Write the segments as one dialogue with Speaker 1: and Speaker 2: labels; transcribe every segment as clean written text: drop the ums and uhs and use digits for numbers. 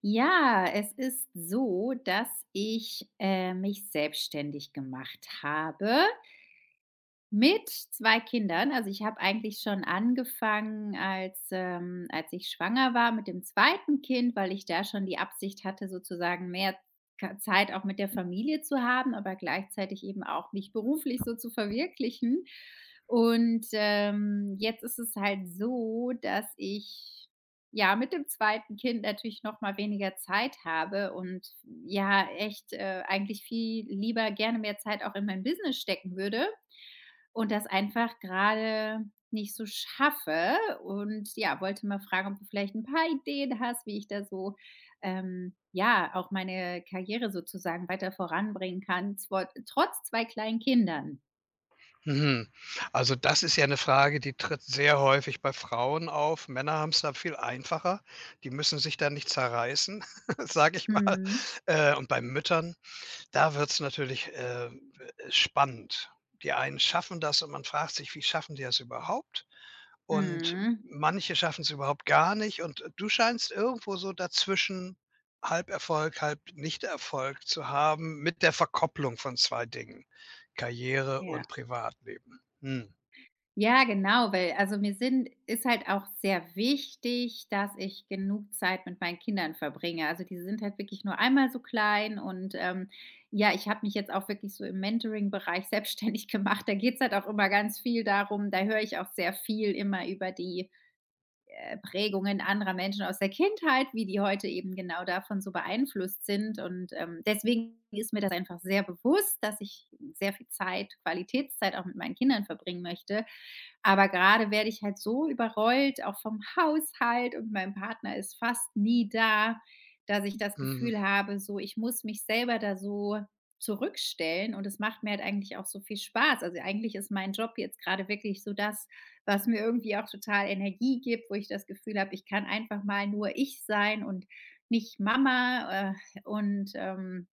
Speaker 1: Ja, es ist so, dass ich, mich selbstständig gemacht habe mit 2 Kindern. Also, ich habe eigentlich schon angefangen, als als ich schwanger war mit dem zweiten Kind, weil ich da schon die Absicht hatte, sozusagen mehr Ka Zeit auch mit der Familie zu haben, aber gleichzeitig eben auch mich beruflich so zu verwirklichen. Jetzt ist es halt so, dass ich, ja, mit dem zweiten Kind natürlich noch mal weniger Zeit habe und, ja, echt, eigentlich viel lieber gerne mehr Zeit auch in mein Business stecken würde und das einfach gerade nicht so schaffe, und ja, wollte mal fragen, ob du vielleicht ein paar Ideen hast, wie ich da so, ja, auch meine Karriere sozusagen weiter voranbringen kann, zwar trotz 2 kleinen Kindern.
Speaker 2: Mhm. Also, das ist ja eine Frage, die tritt sehr häufig bei Frauen auf. Männer haben es da viel einfacher. Die müssen sich da nicht zerreißen, sage ich mal.
Speaker 1: Mhm.
Speaker 2: Und bei Müttern da wird's natürlich, spannend. Die einen schaffen das und man fragt sich: „Wie schaffen die das überhaupt?“ Und
Speaker 1: Mhm.
Speaker 2: manche schaffen es überhaupt gar nicht und du scheinst irgendwo so dazwischen halb Erfolg, halb Nicht-Erfolg zu haben mit der Verkopplung von 2 Dingen: Karriere
Speaker 1: Ja.
Speaker 2: und Privatleben. Mhm,
Speaker 1: Ja, genau, weil also mir sind ist halt auch sehr wichtig, dass ich genug Zeit mit meinen Kindern verbringe. Also, die sind halt wirklich nur einmal so klein und, ja, ich habe mich jetzt auch wirklich so im Mentoring-Bereich selbstständig gemacht. Da geht's halt auch immer ganz viel darum, da höre ich auch sehr viel immer über die Prägungen anderer Menschen aus der Kindheit, wie die heute eben genau davon so beeinflusst sind. Und deswegen ist mir das einfach sehr bewusst, dass ich sehr viel Zeit, Qualitätszeit auch mit meinen Kindern verbringen möchte. Aber gerade werde ich halt so überrollt, auch vom Haushalt, und mein Partner ist fast nie da, dass ich das
Speaker 2: mhm,
Speaker 1: Gefühl habe, so ich muss mich selber da so zurückstellen, und es macht mir halt eigentlich auch so viel Spaß. Also eigentlich ist mein Job jetzt gerade wirklich so das, was mir irgendwie auch total Energie gibt, wo ich das Gefühl habe, ich kann einfach mal nur ich sein und nicht Mama. Und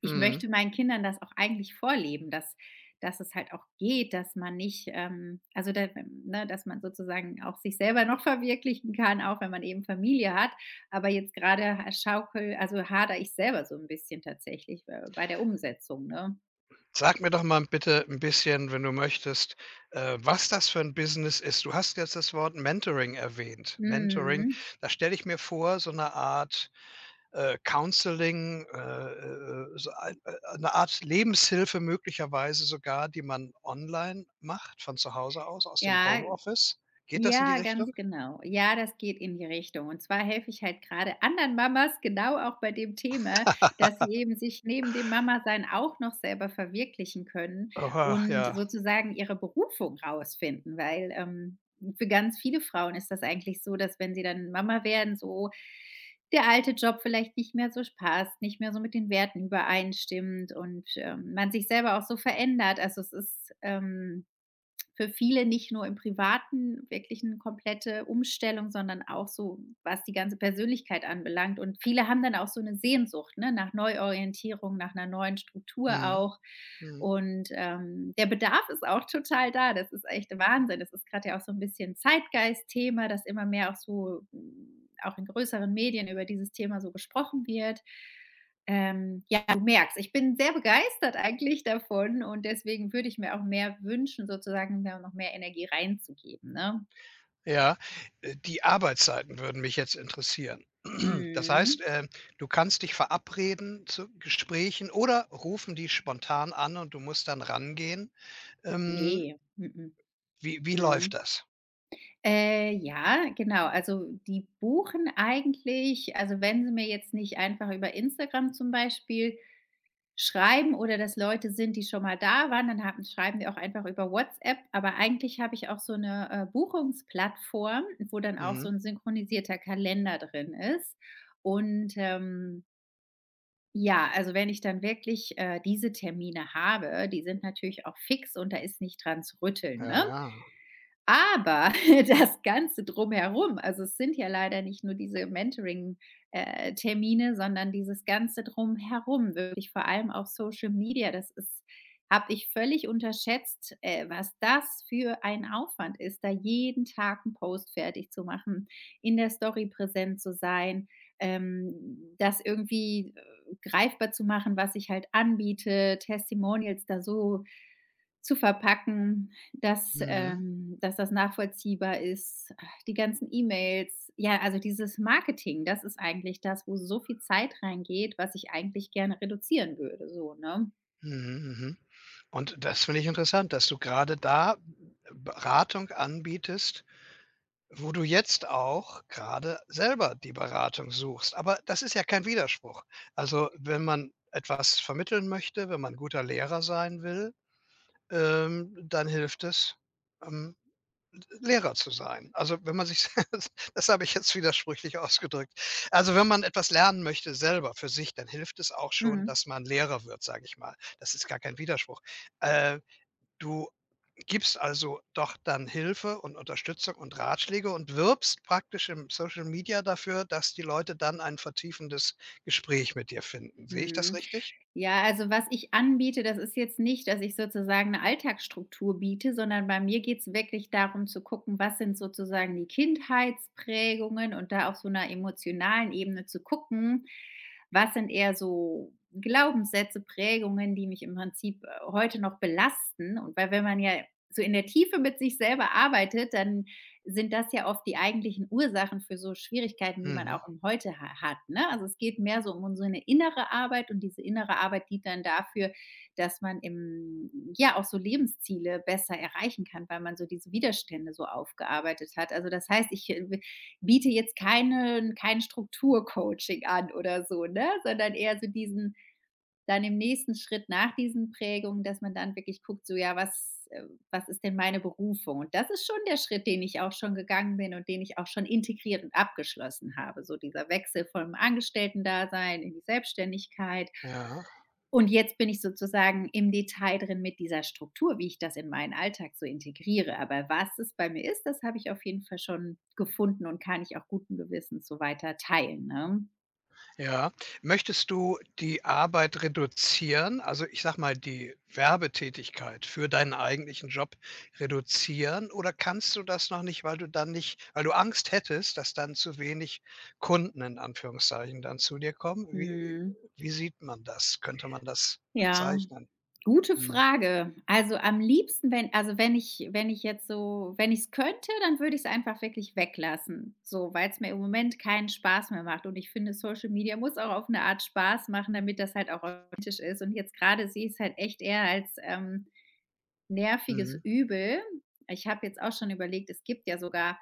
Speaker 1: ich
Speaker 2: mhm.
Speaker 1: möchte meinen Kindern das auch eigentlich vorleben, dass es halt auch geht, dass man nicht, also da, ne, dass man sozusagen auch sich selber noch verwirklichen kann, auch wenn man eben Familie hat. Aber jetzt gerade ha- schaukel, also hader ich selber so ein bisschen tatsächlich bei der Umsetzung. Ne?
Speaker 2: Sag mir doch mal bitte ein bisschen, wenn du möchtest, was das für ein Business ist. Du hast jetzt das Wort Mentoring erwähnt. Mentoring,
Speaker 1: Mhm.
Speaker 2: da stelle ich mir vor, so eine Art, Counseling, so ein 'ne Art Lebenshilfe möglicherweise sogar, die man online macht, von zu Hause aus, aus dem
Speaker 1: Ja,
Speaker 2: Homeoffice. Geht das in die
Speaker 1: ja, ganz
Speaker 2: Richtung?
Speaker 1: genau. Ja, das geht in die Richtung. Und zwar helfe ich halt gerade anderen Mamas genau auch bei dem Thema, dass sie eben sich neben dem Mama-Sein auch noch selber verwirklichen können
Speaker 2: Oha, ja.
Speaker 1: und sozusagen ihre Berufung rausfinden, weil für ganz viele Frauen ist das eigentlich so, dass wenn sie dann Mama werden, so der alte Job vielleicht nicht mehr so sch passt, nicht mehr so mit den Werten übereinstimmt und man sich selber auch so verändert. Also, es ist, für viele nicht nur im Privaten wirklich eine komplette Umstellung, sondern auch so, was die ganze Persönlichkeit anbelangt. Und viele haben dann auch so eine Sehnsucht, ne, nach Neuorientierung, nach einer neuen Struktur
Speaker 2: Mhm,
Speaker 1: auch.
Speaker 2: mhm.
Speaker 1: Der Bedarf ist auch total da. Das ist echt Wahnsinn. Das ist gerade ja auch so ein bisschen Zeitgeist-Thema, dass immer mehr auch so, auch in größeren Medien über dieses Thema so gesprochen wird. Ja, du merkst, ich bin sehr begeistert eigentlich davon, und deswegen würde ich mir auch mehr wünschen, sozusagen, da noch mehr Energie reinzugeben, ne?
Speaker 2: Ja, die Arbeitszeiten würden mich jetzt interessieren. Das heißt,
Speaker 1: Mhm.
Speaker 2: du kannst dich verabreden zu Gesprächen oder rufen die spontan an und du musst dann rangehen. Ähm,
Speaker 1: Ne. Mhm.
Speaker 2: wie läuft
Speaker 1: Mhm.
Speaker 2: das?
Speaker 1: Ja, genau. Also, die buchen eigentlich, also, wenn sie mir jetzt nicht einfach über Instagram zum Beispiel schreiben oder dass Leute sind, die schon mal da waren, dann haben schreiben die auch einfach über WhatsApp. Aber eigentlich habe ich auch so eine Buchungsplattform, wo dann auch so
Speaker 2: Mhm.
Speaker 1: ein synchronisierter Kalender drin ist. Und, ähm, ja, also, wenn ich dann wirklich, diese Termine habe, die sind natürlich auch fix und da ist nicht dran zu rütteln,
Speaker 2: Ja,
Speaker 1: ne?
Speaker 2: ja.
Speaker 1: Aber das Ganze drumherum, also es sind ja leider nicht nur diese Mentoring Termine, sondern dieses Ganze drumherum, wirklich vor allem auf Social Media, das ist habe ich völlig unterschätzt, was das für ein Aufwand ist, da jeden Tag 'n Post fertig zu machen, in der Story präsent zu sein, ähm, das irgendwie, greifbar zu machen, was ich halt anbiete, Testimonials da so zu verpacken.
Speaker 2: Mhm.
Speaker 1: Dass das nachvollziehbar ist. Ah, die ganzen E-Mails. Ja, also dieses Marketing, das ist eigentlich das, wo so viel Zeit reingeht, was ich eigentlich gerne reduzieren würde, so, ne?
Speaker 2: Mhm, mhm. Und das finde ich interessant, dass du gerade da Beratung anbietest, wo du jetzt auch gerade selber die Beratung suchst. Aber das ist ja kein Widerspruch. Also, wenn man etwas vermitteln möchte, wenn man guter Lehrer sein will, dann hilft es, ähm, Lehrer zu sein. Also, wenn man sich das habe ich jetzt widersprüchlich ausgedrückt. Also, wenn man etwas lernen möchte selber für sich, dann hilft es auch schon,
Speaker 1: Mhm.
Speaker 2: dass man Lehrer wird, sage ich mal. Das ist gar kein Widerspruch. Äh, du gibst also doch dann Hilfe und Unterstützung und Ratschläge und wirbst praktisch im Social Media dafür, dass die Leute dann ein vertiefendes Gespräch mit dir finden. Sehe ich das
Speaker 1: Mhm.
Speaker 2: richtig?
Speaker 1: Ja, also was ich anbiete, das ist jetzt nicht, dass ich sozusagen eine Alltagsstruktur biete, sondern bei mir geht's wirklich darum zu gucken, was sind sozusagen die Kindheitsprägungen, und da auf so einer emotionalen Ebene zu gucken, was sind eher so Glaubenssätze, Prägungen, die mich im Prinzip, heute noch belasten. Und weil wenn man ja so in der Tiefe mit sich selber arbeitet, dann sind das ja oft die eigentlichen Ursachen für so Schwierigkeiten, die man
Speaker 2: Mhm,
Speaker 1: auch im Heute ha hat, ne? Also, es geht mehr so um un so 'ne innere Arbeit, und diese innere Arbeit dient dann dafür, dass man im ja, auch so Lebensziele besser erreichen kann, weil man so diese Widerstände so aufgearbeitet hat. Also, das heißt, ich, biete jetzt kein Strukturcoaching an oder so, ne, sondern eher so diesen dann im nächsten Schritt nach diesen Prägungen, dass man dann wirklich guckt, so ja, was, was ist denn meine Berufung? Und das ist schon der Schritt, den ich auch schon gegangen bin und den ich auch schon integriert und abgeschlossen habe. So dieser Wechsel vom Angestellten-Dasein in die Selbstständigkeit.
Speaker 2: ja.
Speaker 1: Und jetzt bin ich sozusagen im Detail drin mit dieser Struktur, wie ich das in meinen Alltag so integriere. Aber was es bei mir ist, das habe ich auf jeden Fall schon gefunden und kann ich auch guten Gewissens so weiter teilen. Ne?
Speaker 2: Ja. Möchtest du die Arbeit reduzieren? Also, ich sage mal, die Werbetätigkeit für deinen eigentlichen Job reduzieren oder kannst du das noch nicht, weil du dann nicht weil du Angst hättest, dass dann zu wenig Kunden in Anführungszeichen dann zu dir kommen? Wie
Speaker 1: Hm,
Speaker 2: wie sieht man das? Könnte man das
Speaker 1: ja.
Speaker 2: bezeichnen?
Speaker 1: Gute
Speaker 2: Mhm.
Speaker 1: Frage. Also, am liebsten, wenn also, wenn ich jetzt so, wenn ich es könnte, dann würde ich es einfach wirklich weglassen, so, weil es mir im Moment keinen Spaß mehr macht. Und ich finde, Social Media muss auch auf eine Art Spaß machen, damit das halt auch authentisch ist. Und jetzt gerade sehe ich's halt echt eher als, nerviges
Speaker 2: Mhm.
Speaker 1: Übel. Ich habe jetzt auch schon überlegt, es gibt ja sogar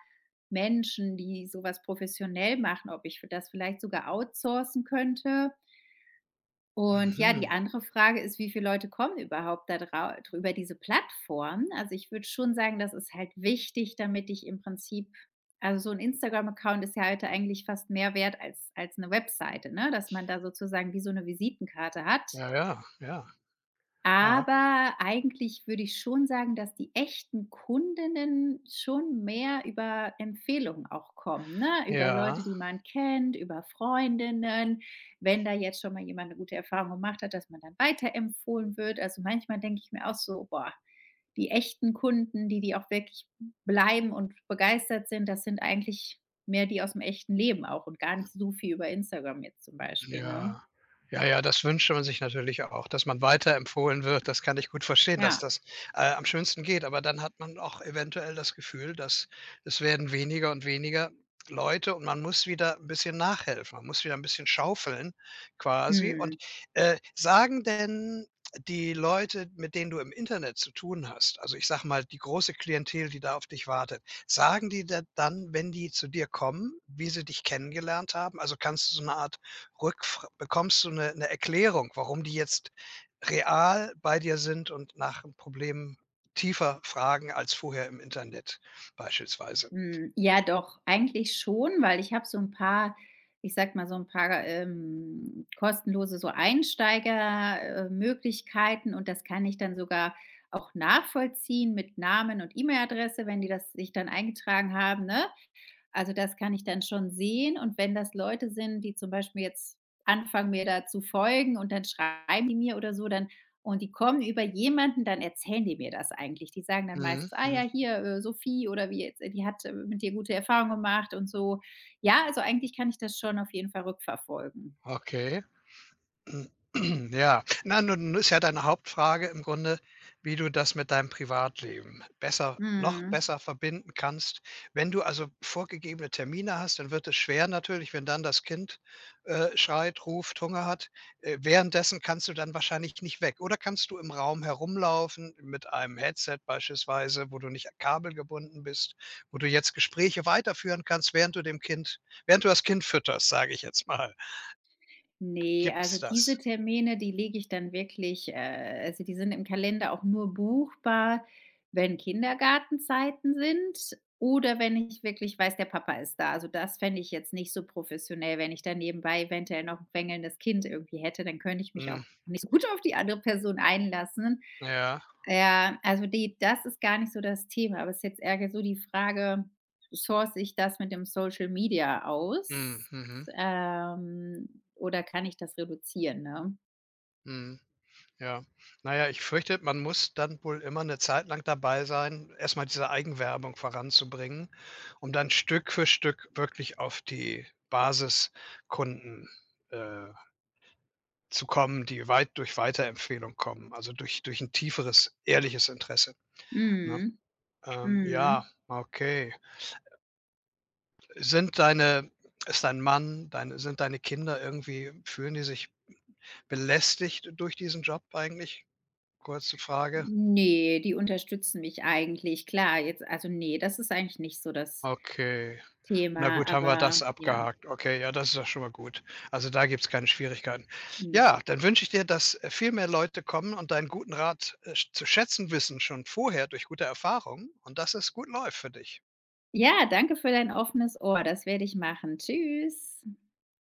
Speaker 1: Menschen, die sowas professionell machen, ob ich das vielleicht sogar outsourcen könnte. Und ja,
Speaker 2: Mhm.
Speaker 1: die andere Frage ist, wie viele Leute kommen überhaupt da drau über diese Plattform? Also, ich würde schon sagen, das ist halt wichtig, damit ich im Prinzip, also, so ein Instagram-Account ist ja heute eigentlich fast mehr wert als eine Webseite, ne, dass man da sozusagen wie so eine Visitenkarte hat.
Speaker 2: Ja, ja, ja, ja,
Speaker 1: Aber eigentlich würde ich schon sagen, dass die echten Kundinnen schon mehr über Empfehlungen auch kommen, ne? Über
Speaker 2: ja.
Speaker 1: Leute, die man kennt, über Freundinnen. Wenn da jetzt schon mal jemand eine gute Erfahrung gemacht hat, dass man dann weiterempfohlen wird. Also, manchmal denke ich mir auch so: „Boah, die echten Kunden, die auch wirklich bleiben und begeistert sind, das sind eigentlich mehr die aus dem echten Leben auch und gar nicht so viel über Instagram jetzt zum Beispiel“, ne?
Speaker 2: Ja. Ja, ja, das wünscht man sich natürlich auch, dass man weiterempfohlen wird. Das kann ich gut verstehen, dass
Speaker 1: Ja.
Speaker 2: das, am schönsten geht, aber dann hat man auch eventuell das Gefühl, dass es werden weniger und weniger Leute und man muss wieder ein bisschen nachhelfen. Man muss wieder ein bisschen schaufeln quasi und,
Speaker 1: Mhm.
Speaker 2: sagen denn die Leute, mit denen du im Internet zu tun hast, also, ich sage mal, die große Klientel, die da auf dich wartet, sagen die da dann, wenn die zu dir kommen, wie sie dich kennengelernt haben? Also, kannst du so eine Art rückf bekommst du 'ne Erklärung, warum die jetzt real bei dir sind und nach 'n Problem tiefer fragen als vorher im Internet beispielsweise.
Speaker 1: Hm, ja doch, eigentlich schon, weil ich habe so ein paar, kostenlose so Einsteigermöglichkeiten Möglichkeiten, und das kann ich dann sogar auch nachvollziehen mit Namen und E-Mail-Adresse, wenn die das sich dann eingetragen haben, ne? Also, das kann ich dann schon sehen, und wenn das Leute sind, die zum Beispiel jetzt anfangen, mir da zu folgen und dann schreiben die mir oder so, dann und die kommen über jemanden, dann erzählen die mir das eigentlich. Die sagen dann
Speaker 2: Mhm,
Speaker 1: meistens: „Ah
Speaker 2: mhm,
Speaker 1: ja, hier, Sophie oder wie jetzt, die hat, mit dir gute Erfahrungen gemacht“ und so. Ja, also, eigentlich kann ich das schon auf jeden Fall rückverfolgen.
Speaker 2: okay. Hm, ja. Na, nun ist ja deine Hauptfrage im Grunde, wie du das mit deinem Privatleben besser noch
Speaker 1: Mhm.
Speaker 2: besser verbinden kannst. Wenn du also vorgegebene Termine hast, dann wird es schwer natürlich, wenn dann das Kind, schreit, ruft, Hunger hat. Währenddessen kannst du dann wahrscheinlich nicht weg. Oder kannst du im Raum herumlaufen mit einem Headset beispielsweise, wo du nicht kabelgebunden bist, wo du jetzt Gespräche weiterführen kannst, während du das Kind fütterst, sage ich jetzt mal.
Speaker 1: Nee,
Speaker 2: Gibt's
Speaker 1: also diese
Speaker 2: das?
Speaker 1: Termine, die lege ich dann wirklich, also die sind im Kalender auch nur buchbar, wenn Kindergartenzeiten sind oder wenn ich wirklich weiß, der Papa ist da. Also, das fände ich jetzt nicht so professionell, wenn ich da nebenbei eventuell noch 'n quengelndes Kind irgendwie hätte, dann könnte ich mich auch
Speaker 2: Mhm.
Speaker 1: nicht so gut auf die andere Person einlassen.
Speaker 2: Ja.
Speaker 1: Ja, also die das ist gar nicht so das Thema, aber es ist jetzt eher so die Frage, source ich das mit dem Social Media aus?
Speaker 2: Mhm, mhm,
Speaker 1: ähm, oder kann ich das reduzieren, ne?
Speaker 2: mhm. Ja. Naja, ich fürchte, man muss dann wohl immer 'ne Zeit lang dabei sein, erst mal diese Eigenwerbung voranzubringen, um dann Stück für Stück wirklich auf die Basiskunden, äh, zu kommen, die weit durch Weiterempfehlung kommen, also durch 'n tieferes, ehrliches Interesse, ne?
Speaker 1: Mhm,
Speaker 2: Ja,
Speaker 1: mhm.
Speaker 2: okay. Sind deine ist dein Mann, deine sind deine Kinder irgendwie fühlen die sich belästigt durch diesen Job eigentlich? Kurze Frage.
Speaker 1: Ne, die unterstützen mich eigentlich. Klar, jetzt also, ne, das ist eigentlich nicht so das
Speaker 2: Okay. Na
Speaker 1: Thema,
Speaker 2: gut, haben wir das
Speaker 1: aber ja,
Speaker 2: abgehakt. Okay, ja, das ist doch schon mal gut. Also, da gibt's keine Schwierigkeiten.
Speaker 1: mhm.
Speaker 2: Ja, dann wünsche ich dir, dass, viel mehr Leute kommen und deinen guten Rat, sch zu schätzen wissen, schon vorher durch gute Erfahrungen und dass es gut läuft für dich.
Speaker 1: Ja, danke für dein offenes Ohr. Das werde ich machen. Tschüss.